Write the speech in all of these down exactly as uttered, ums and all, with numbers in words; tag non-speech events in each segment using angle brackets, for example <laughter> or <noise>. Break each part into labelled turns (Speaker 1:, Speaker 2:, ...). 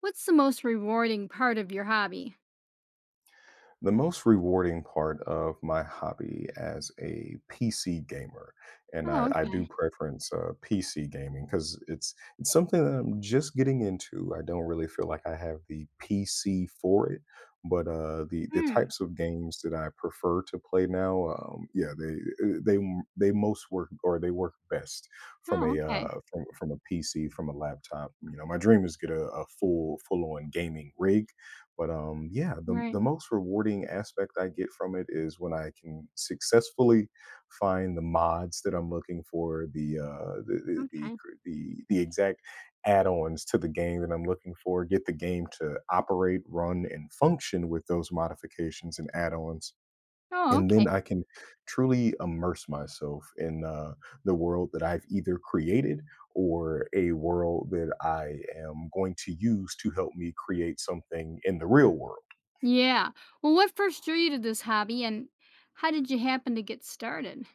Speaker 1: What's the most rewarding part of your hobby?
Speaker 2: The most rewarding part of my hobby as a P C gamer, and I,
Speaker 1: Oh,
Speaker 2: I do
Speaker 1: okay.
Speaker 2: preference uh, P C gaming because it's it's something that I'm just getting into. I don't really feel like I have the P C for it, but uh, the the
Speaker 1: Mm.
Speaker 2: types of games that I prefer to play now, um, yeah, they uh, they they most work, or they work best from
Speaker 1: Oh,
Speaker 2: a
Speaker 1: okay.
Speaker 2: uh, from from a P C, from a laptop. You know, my dream is get a, a full full on gaming rig, but um, yeah, the
Speaker 1: Right.
Speaker 2: the most rewarding aspect I get from it is when I can successfully find the mods that I'm looking for, the uh, the, the the
Speaker 1: Okay.
Speaker 2: cr- the the exact add-ons to the game that I'm looking for, get the game to operate, run, and function with those modifications and add-ons,
Speaker 1: Oh,
Speaker 2: and then
Speaker 1: okay.
Speaker 2: I can truly immerse myself in, uh, the world that I've either created, or a world that I am going to use to help me create something in the real world.
Speaker 1: Yeah. Well, what first drew you to this hobby and how did you happen to get started?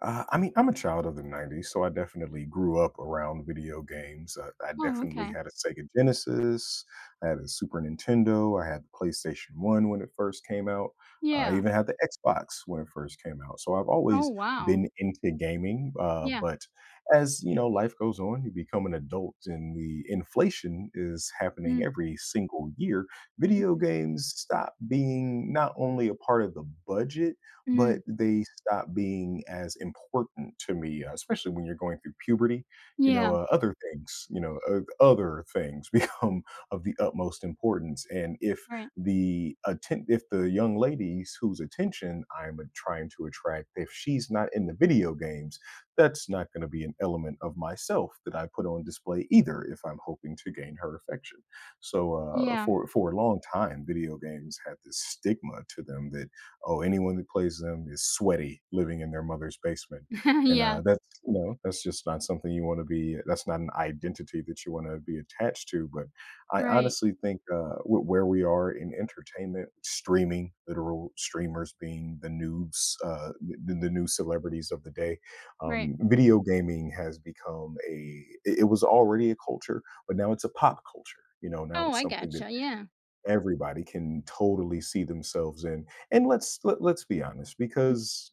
Speaker 2: Uh, I mean, I'm a child of the nineties, so I definitely grew up around video games. Uh, I
Speaker 1: Oh,
Speaker 2: definitely
Speaker 1: okay.
Speaker 2: had a Sega Genesis, I had a Super Nintendo, I had the PlayStation One when it first came out. Uh, I
Speaker 1: Yeah.
Speaker 2: even had the Xbox when it first came out. So I've
Speaker 1: Oh,
Speaker 2: always
Speaker 1: wow.
Speaker 2: been into gaming. Uh,
Speaker 1: Yeah.
Speaker 2: but as you know, life goes on, you become an adult, and the inflation is happening
Speaker 1: Mm.
Speaker 2: every single year. Video
Speaker 1: Mhm.
Speaker 2: games stop being not only a part of the budget,
Speaker 1: Mm.
Speaker 2: but
Speaker 1: Mm.
Speaker 2: they stop being as important to me, uh, especially when you're going through puberty. You know,
Speaker 1: Yeah.
Speaker 2: uh, other things, you know, uh, other things <laughs> become of the utmost importance. And if
Speaker 1: Right.
Speaker 2: the atten- if the young ladies whose attention I'm trying to attract, if she's not in the video games, that's not going to be an element of myself that I put on display either, if I'm hoping to gain her affection. So uh,
Speaker 1: Yeah.
Speaker 2: for for a long time, video games had this stigma to them that, oh, anyone that plays them is sweaty, living in their mother's basement,
Speaker 1: <laughs>
Speaker 2: and
Speaker 1: Yeah.
Speaker 2: uh, that's, you know, that's just not something you want to be. That's not an identity that you want to be attached to. But I
Speaker 1: Right.
Speaker 2: honestly think uh, wh- where we are in entertainment, streaming, literal streamers being the news, uh, the, the new celebrities of the day,
Speaker 1: Right.
Speaker 2: um, video gaming has become a. It it was already a culture, but now it's a pop culture. You know, now
Speaker 1: Oh,
Speaker 2: it's
Speaker 1: I
Speaker 2: something that
Speaker 1: gotcha. Yeah.
Speaker 2: everybody can totally see themselves in. And let's let let's be honest, because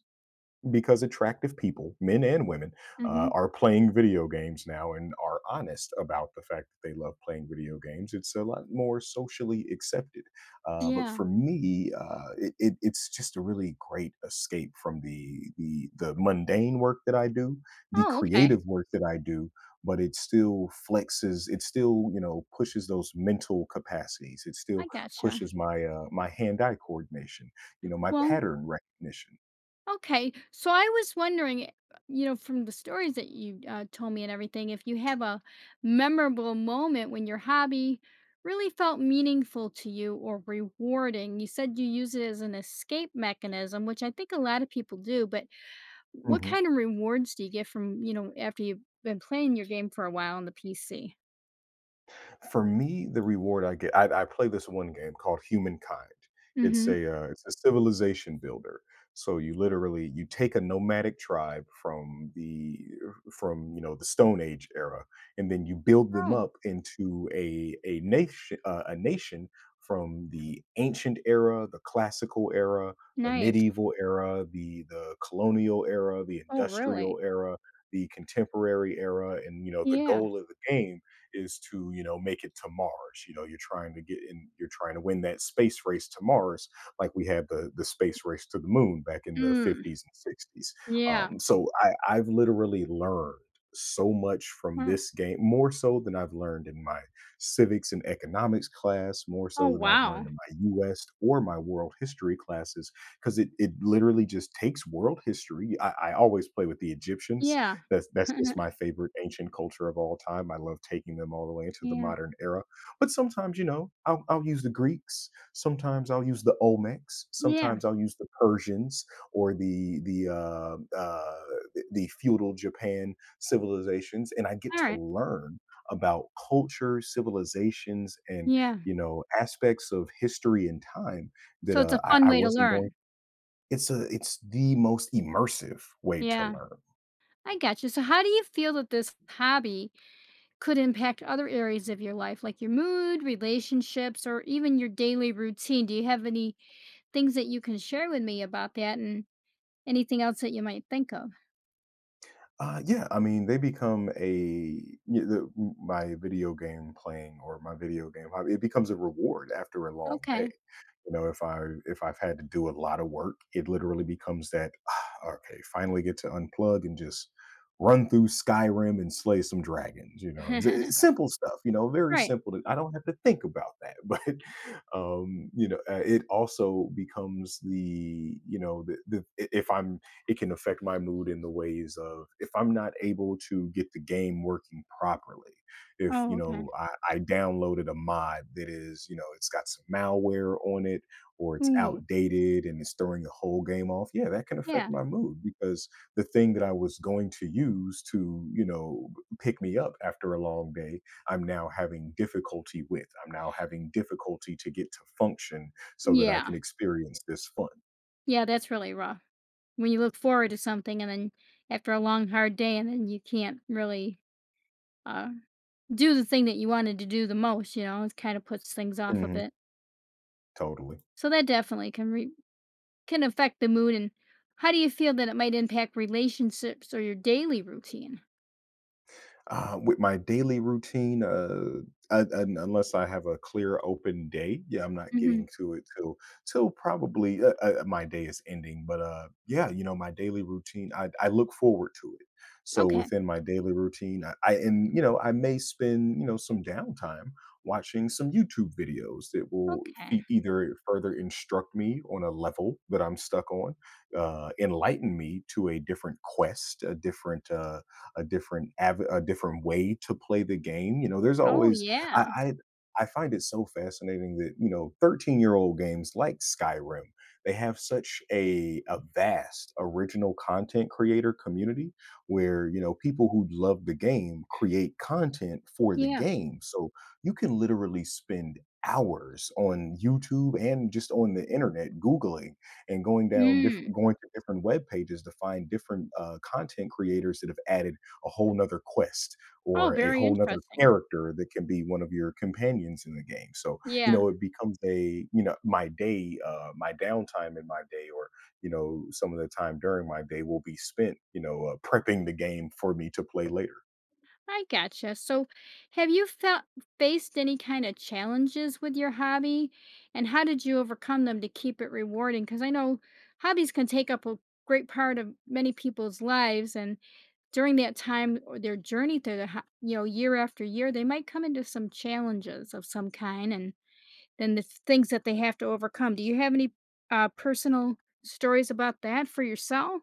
Speaker 2: because attractive people, men and women, uh,
Speaker 1: Hmm.
Speaker 2: are playing video games now, and are honest about the fact that they love playing video games. It's a lot more socially accepted. Uh, but
Speaker 1: Yeah.
Speaker 2: for me, uh, it, it, it's just a really great escape from the, the the mundane work that I do, the
Speaker 1: Oh, okay.
Speaker 2: creative work that I do. But it still flexes. It still, you know, pushes those mental capacities. It still
Speaker 1: I gotcha.
Speaker 2: pushes my uh, my hand-eye coordination. You know, my
Speaker 1: Well,
Speaker 2: pattern recognition.
Speaker 1: okay, so I was wondering, eh, you know, from the stories that you uh, told me and everything, if you have a memorable moment when your hobby really felt meaningful to you or rewarding. You said you use it as an escape mechanism, which I think a lot of people do, but what kind of rewards do you get from, you know, after you've been playing your game for a while on the P C?
Speaker 2: For me, the reward I get, I, I play this one game called Humankind. It's
Speaker 1: Mm-hmm.
Speaker 2: a uh, it's a civilization builder. So you literally you take a nomadic tribe from the from, you know, the Stone Age era, and then you build them
Speaker 1: Oh,
Speaker 2: up into a a nation uh, a nation from the ancient era, the classical era, the
Speaker 1: nice.
Speaker 2: medieval era, the the colonial era, the
Speaker 1: Oh, really?
Speaker 2: industrial era, the contemporary era, and, you know, the
Speaker 1: Yeah.
Speaker 2: goal of the game is to, you know, make it to Mars. You know, you're trying to get in, you're trying to win that space race to Mars, like we had the the space race to the moon back in the
Speaker 1: Mm.
Speaker 2: fifties and sixties.
Speaker 1: Yeah.
Speaker 2: Um, so I, I've literally learned so much from
Speaker 1: Huh.
Speaker 2: this game, more so than I've learned in my civics and economics class, more
Speaker 1: Oh,
Speaker 2: so than I've learned
Speaker 1: wow.
Speaker 2: in my US or my world history classes, because it, it literally just takes world history. I, I always play with the Egyptians.
Speaker 1: Yeah.
Speaker 2: That's that's just
Speaker 1: <laughs>
Speaker 2: my favorite ancient culture of all time. I love taking them all the way into the
Speaker 1: Yeah.
Speaker 2: modern era. But sometimes, you know, I'll I'll use the Greeks, sometimes I'll use the Olmecs,
Speaker 1: Yeah.
Speaker 2: sometimes I'll use the Persians, or the the, uh, uh, the the feudal Japan civilizations, and I get to
Speaker 1: Alright.
Speaker 2: learn about culture, civilizations, and,
Speaker 1: Yeah.
Speaker 2: you know, aspects of history and time that,
Speaker 1: So it's a
Speaker 2: uh, I
Speaker 1: fun
Speaker 2: I
Speaker 1: way to
Speaker 2: wasn't going.
Speaker 1: learn.
Speaker 2: It's a it's the most immersive way to
Speaker 1: Yeah.
Speaker 2: learn.
Speaker 1: I got you. So how do you feel that this hobby could impact other areas of your life, like your mood, relationships, or even your daily routine? Do you have any things that you can share with me about that and anything else that you might think of?
Speaker 2: Uh, yeah, I mean, they become a y- the, my video game playing, or my video game hobby. It becomes a reward after a long day.
Speaker 1: Okay.
Speaker 2: You know, if I if I've had to do a lot of work, it literally becomes that, "Ah, okay, finally get to unplug and just run through Skyrim and slay some dragons," you know. S-
Speaker 1: <laughs>
Speaker 2: Simple stuff, you know, very
Speaker 1: Right.
Speaker 2: simple. I don't have to think about that. <laughs> But um, you know, uh, it also becomes the, you know, the, the i- if I'm, it can affect my mood in the ways of, if I'm not able to get the game working properly, if, you
Speaker 1: Oh, okay.
Speaker 2: know, I, I downloaded a mod that is, you know, it's got some malware on it, or it's
Speaker 1: Ooh.
Speaker 2: outdated and it's throwing the whole game off, yeah, that can affect
Speaker 1: Yeah.
Speaker 2: my mood, because the thing that I was going to use to, you know, pick me up after a long day, I'm now having difficulty with, I'm now having difficulty to get to function so that I
Speaker 1: Yeah.
Speaker 2: can experience this fun.
Speaker 1: Yeah, that's really rough. When you look forward to something and then after a long, hard day and then you can't really uh, do the thing that you wanted to do the most, you know, it kind of puts things off a
Speaker 2: Mhm,
Speaker 1: bit.
Speaker 2: totally.
Speaker 1: So that definitely can re- can affect the mood. And how do you feel that it might impact relationships or your daily routine?
Speaker 2: Uh, with my daily routine, uh, un un unless I have a clear open day, yeah, I'm not
Speaker 1: Hmm.
Speaker 2: getting to it till till probably, uh, uh, uh, my day is ending. But, uh, yeah, you know, my daily routine, I I look forward to it. So
Speaker 1: Okay.
Speaker 2: within my daily routine, I I and, you know, I may spend, you know, some downtime watching some YouTube videos that will
Speaker 1: Okay.
Speaker 2: fe either further instruct me on a level that I'm stuck on, uh, enlighten me to a different quest, a different, uh a different av- a different way to play the game. You know, there's
Speaker 1: Oh
Speaker 2: always, I,
Speaker 1: yeah.
Speaker 2: I I find it so fascinating that, you know, thirteen year old games like Skyrim, they have such a a vast original content creator community where, you know, people who love the game create content for the
Speaker 1: Yeah.
Speaker 2: game. So you can literally spend hours on YouTube, and just on the internet googling and going down
Speaker 1: Mm.
Speaker 2: different, going to different web pages to find different uh, content creators that have added a whole nother quest
Speaker 1: Oh,
Speaker 2: or a
Speaker 1: very
Speaker 2: whole nother
Speaker 1: interesting.
Speaker 2: character that can be one of your companions in the game. So, you
Speaker 1: Yeah.
Speaker 2: know, it becomes a, you know, my day, uh, my downtime in my day, or, you know, some of the time during my day will be spent, you know, uh, prepping the game for me to play later.
Speaker 1: I gotcha. So, have you felt faced any kind of challenges with your hobby, and how did you overcome them to keep it rewarding? Because I know hobbies can take up a great part of many people's lives, and during that time or their journey through the ho- you know, year after year, they might come into some challenges of some kind, and then the things that they have to overcome. Do you have any uh, personal stories about that for yourself?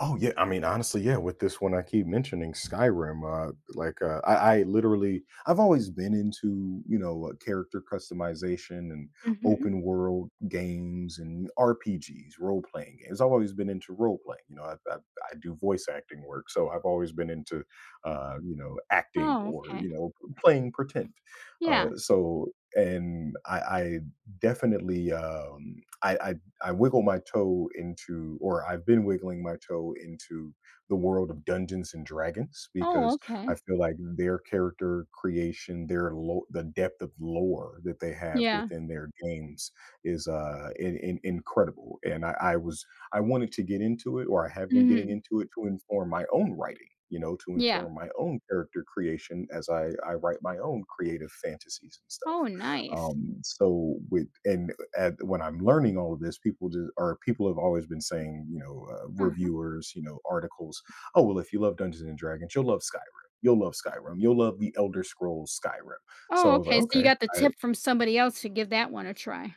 Speaker 2: Oh yeah, I mean honestly, yeah. With this one, I keep mentioning Skyrim. Uh, like uh, I, I literally, I've always been into, you know, uh, character customization and
Speaker 1: Hmm.
Speaker 2: open world games and R P Gs, role playing games. I've always been into role playing. You know, I, I, I do voice acting work, so I've always been into uh, you know, acting,
Speaker 1: Oh,
Speaker 2: or
Speaker 1: okay.
Speaker 2: you know, playing pretend.
Speaker 1: Yeah.
Speaker 2: Uh, so and I, I definitely um, I, I I wiggle my toe into, or I've been wiggling my toe into the world of Dungeons and Dragons,
Speaker 1: Oh,
Speaker 2: because
Speaker 1: okay.
Speaker 2: I feel like their character creation, their lo- the depth of lore that they have
Speaker 1: Yeah.
Speaker 2: within their games is uh in, in, incredible. And I, I was, I wanted to get into it, or I have been getting
Speaker 1: Hmm.
Speaker 2: into it to inform my own writing. You know, to
Speaker 1: Yeah.
Speaker 2: inform my own character creation as I, I write my own creative fantasies and stuff.
Speaker 1: Oh, nice.
Speaker 2: um so with and at, when I'm learning all of this, people just or people have always been saying, you know, uh,
Speaker 1: Uh-huh.
Speaker 2: reviewers, you know, articles, "Oh well, if you love Dungeons and Dragons, you'll love Skyrim. You'll love Skyrim. You'll love the Elder Scrolls Skyrim." So
Speaker 1: Oh,
Speaker 2: I was like,
Speaker 1: okay, so you
Speaker 2: okay,
Speaker 1: got the
Speaker 2: I,
Speaker 1: tip from somebody else to give that one a try.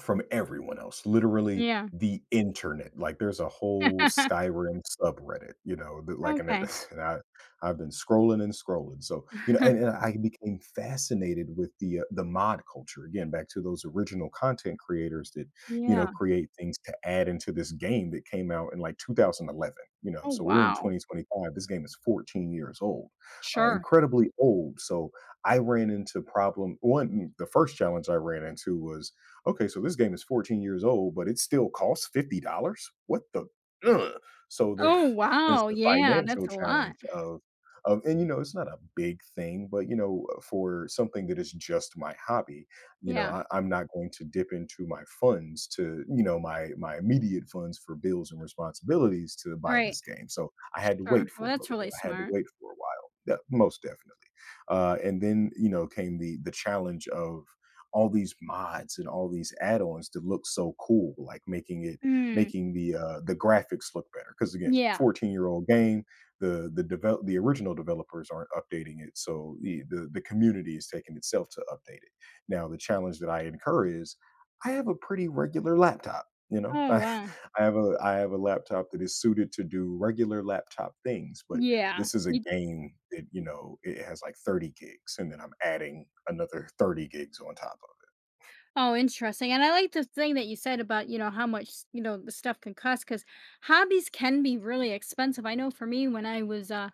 Speaker 2: from everyone else, literally
Speaker 1: Yeah.
Speaker 2: the internet, like, there's a whole
Speaker 1: <laughs>
Speaker 2: Skyrim subreddit, you know, that like, and
Speaker 1: Okay.
Speaker 2: it- <laughs> and I I've been scrolling and scrolling, so, you know, and and
Speaker 1: <laughs>
Speaker 2: I became fascinated with the, uh, the mod culture, again, back to those original content creators that, you know,
Speaker 1: Yeah.
Speaker 2: create things to add into this game that came out in, like, two thousand eleven You know,
Speaker 1: Oh,
Speaker 2: so we're in
Speaker 1: wow.
Speaker 2: twenty twenty-five, this game is fourteen years old, uh,
Speaker 1: Sure.
Speaker 2: incredibly old, so I ran into problem one, the first challenge I ran into was, okay, so this game is fourteen years old, but it still costs fifty dollars. What the? Ugh. So there,
Speaker 1: Oh,
Speaker 2: <laughs> there's
Speaker 1: wow,
Speaker 2: the
Speaker 1: yeah, that's
Speaker 2: financial
Speaker 1: a
Speaker 2: challenge
Speaker 1: lot.
Speaker 2: of, of, and, you know, it's not a big thing, but, you know, uh, for something that is just my hobby, you know,
Speaker 1: Yeah,
Speaker 2: I, I'm not going to dip into my funds to, you know, my my immediate funds for bills and responsibilities to buy
Speaker 1: right.
Speaker 2: this game. So I had to
Speaker 1: Sure.
Speaker 2: wait
Speaker 1: Well,
Speaker 2: for a
Speaker 1: that's
Speaker 2: little bit.
Speaker 1: really
Speaker 2: I had to
Speaker 1: smart.
Speaker 2: wait for a while. Yeah, most definitely. Uh, and then, you know, came the the challenge of all these mods and all these add-ons to look so cool, like making it
Speaker 1: Mm,
Speaker 2: making the uh, the graphics look better. Because again,
Speaker 1: yeah.
Speaker 2: fourteen year old game, the the develop the original developers aren't updating it, so the, the the community is taking itself to update it. Now, the challenge that I incur is I have a pretty regular laptop. You know, <laughs>
Speaker 1: Oh,
Speaker 2: I,
Speaker 1: wow.
Speaker 2: I have a I have a laptop that is suited to do regular laptop things, but
Speaker 1: Yeah.
Speaker 2: this is a
Speaker 1: You
Speaker 2: game that, you know, it has like thirty gigs, and then I'm adding another thirty gigs on top
Speaker 1: oh, interesting, and I like the thing that you said about, you know, how much, you know, the stuff can cost because hobbies can be really expensive. I know for me when I was, uh,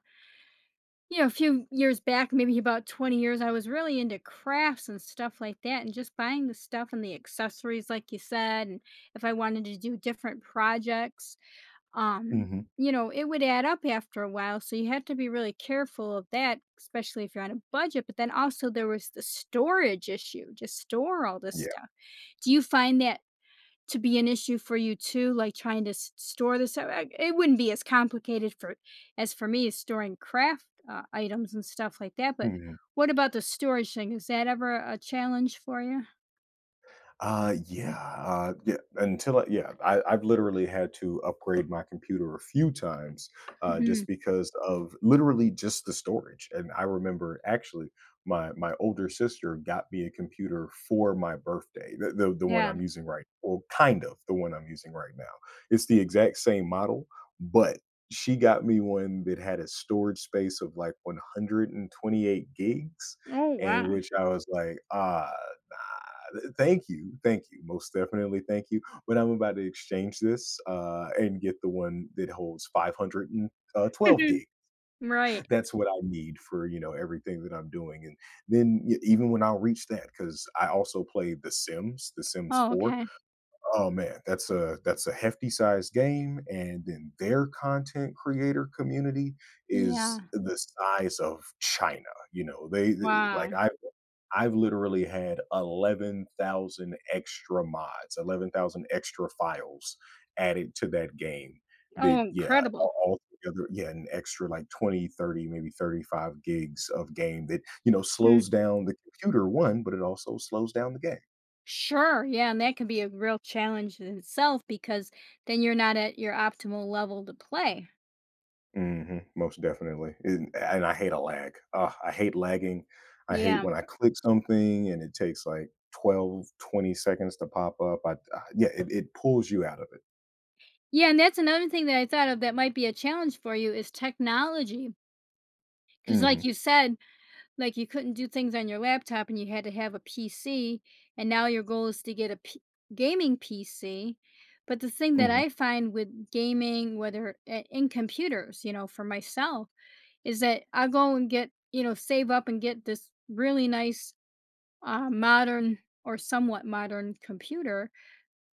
Speaker 1: you know, a few years back, maybe about twenty years, I was really into crafts and stuff like that, and just buying the stuff and the accessories, like you said. And if I wanted to do different projects,
Speaker 2: of
Speaker 1: um,
Speaker 2: it. Mhm.
Speaker 1: you know, it would add up after a while. So you had to be really careful of that, especially if you're on a budget. But then also, there was the storage issue, just store all this
Speaker 2: Yeah.
Speaker 1: stuff. Do you find that to be an issue for you too, like trying to s- store this? So, uh, it wouldn't be as complicated for as for me as storing craft uh, items and stuff like that. But
Speaker 2: Mhm.
Speaker 1: what about the storage thing? Is that ever a challenge for you?
Speaker 2: Uh, yeah, uh, yeah. Until I, yeah, I, I've literally had to upgrade my computer a few times, uh,
Speaker 1: Hmm.
Speaker 2: just because of literally just the storage. And I remember actually, my my older sister got me a computer for my birthday, the the, the one
Speaker 1: Yeah.
Speaker 2: I'm using right, well, kind of the one I'm using right now. It's the exact same model, but she got me one that had a storage space of like one hundred twenty-eight gigs,
Speaker 1: Oh
Speaker 2: and
Speaker 1: wow.
Speaker 2: which I was like, ah, nah. Thank you, thank you, most definitely, thank you. But I'm about to exchange this uh, and get the one that holds five hundred twelve gig.
Speaker 1: <laughs> Right.
Speaker 2: That's what I need for you know everything that I'm doing, and then y- even when I'll reach that, because I also play The Sims, The Sims
Speaker 1: Oh
Speaker 2: four.
Speaker 1: okay.
Speaker 2: Oh man, that's a that's a hefty sized game, and then their content creator community is
Speaker 1: Yeah.
Speaker 2: the size of China. You know, they they- like
Speaker 1: Wow.
Speaker 2: I I've literally had eleven thousand extra mods, eleven thousand extra files added to that game
Speaker 1: Oh,
Speaker 2: that, yeah,
Speaker 1: incredible.
Speaker 2: all together, yeah, an extra like twenty, thirty, maybe thirty-five gigs of game that, you know, slows
Speaker 1: Mm.
Speaker 2: down the computer, one, but it also slows down the game.
Speaker 1: Sure. Yeah, and that can be a real challenge in itself because then you're not at your optimal level to play.
Speaker 2: Mhm, most definitely, and and I hate a lag. Ugh, I hate lagging. I hate
Speaker 1: Yeah.
Speaker 2: when I click something and it takes like twelve, twenty seconds to pop up. I I yeah, it it pulls you out of it.
Speaker 1: Yeah, and that's another thing that I thought of that might be a challenge for you is technology. Because, like
Speaker 2: Mhm,
Speaker 1: you said, like you couldn't do things on your laptop and you had to have a P C, and now your goal is to get a P- gaming P C. But the thing that
Speaker 2: mhm.
Speaker 1: I find with gaming, whether uh, in computers, you know, for myself, is that I go and get, you know, save up and get this really nice uh, modern or somewhat modern computer,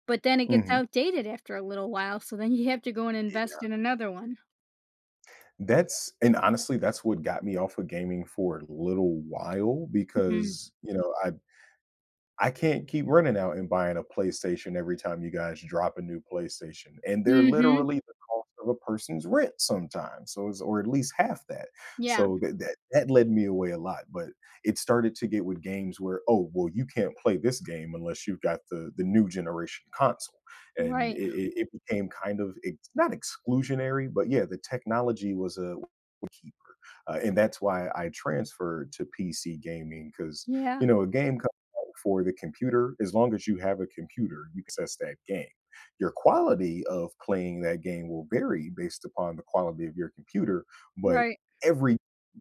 Speaker 1: but then it gets
Speaker 2: Mhm.
Speaker 1: outdated after a little while. So then you have to go and
Speaker 2: Yeah.
Speaker 1: invest in another one.
Speaker 2: That's and honestly, that's what got me off of gaming for a little while
Speaker 1: Mhm.
Speaker 2: because, you know, I I can't keep running out and buying a PlayStation every time you guys drop a new PlayStation, and they're
Speaker 1: Mhm.
Speaker 2: literally the cost of a person's rent sometimes, so it's or at least half that.
Speaker 1: Yeah.
Speaker 2: So that that that led me away a lot, but it started to get with games where, "Oh, well, you can't play this game unless you've got the the new generation console," and it
Speaker 1: Right.
Speaker 2: it it became kind of ex not exclusionary, but yeah, the technology was a keeper. Uh, and that's why I transferred to P C gaming because, you
Speaker 1: Yeah.
Speaker 2: know, a game for the computer, as long as you have a computer, you can access that game. Your quality of playing that game will vary based upon the quality of your computer, but
Speaker 1: Right.
Speaker 2: every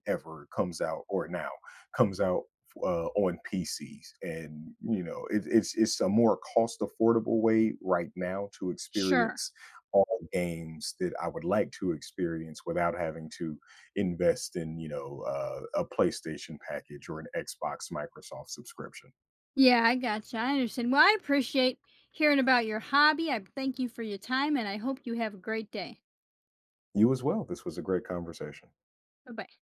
Speaker 2: ever comes out or now comes out uh, on P Cs, and you know, it, it's it's a more cost affordable way right now to
Speaker 1: Sure.
Speaker 2: experience all the games that I would like to experience without having to invest in you know uh, a PlayStation package or an Xbox Microsoft subscription.
Speaker 1: Yeah, I gotcha. I understand. Well, I appreciate hearing about your hobby. I thank you for your time, and I hope you have a great day.
Speaker 2: You as well. This was a great conversation.
Speaker 1: Bye bye.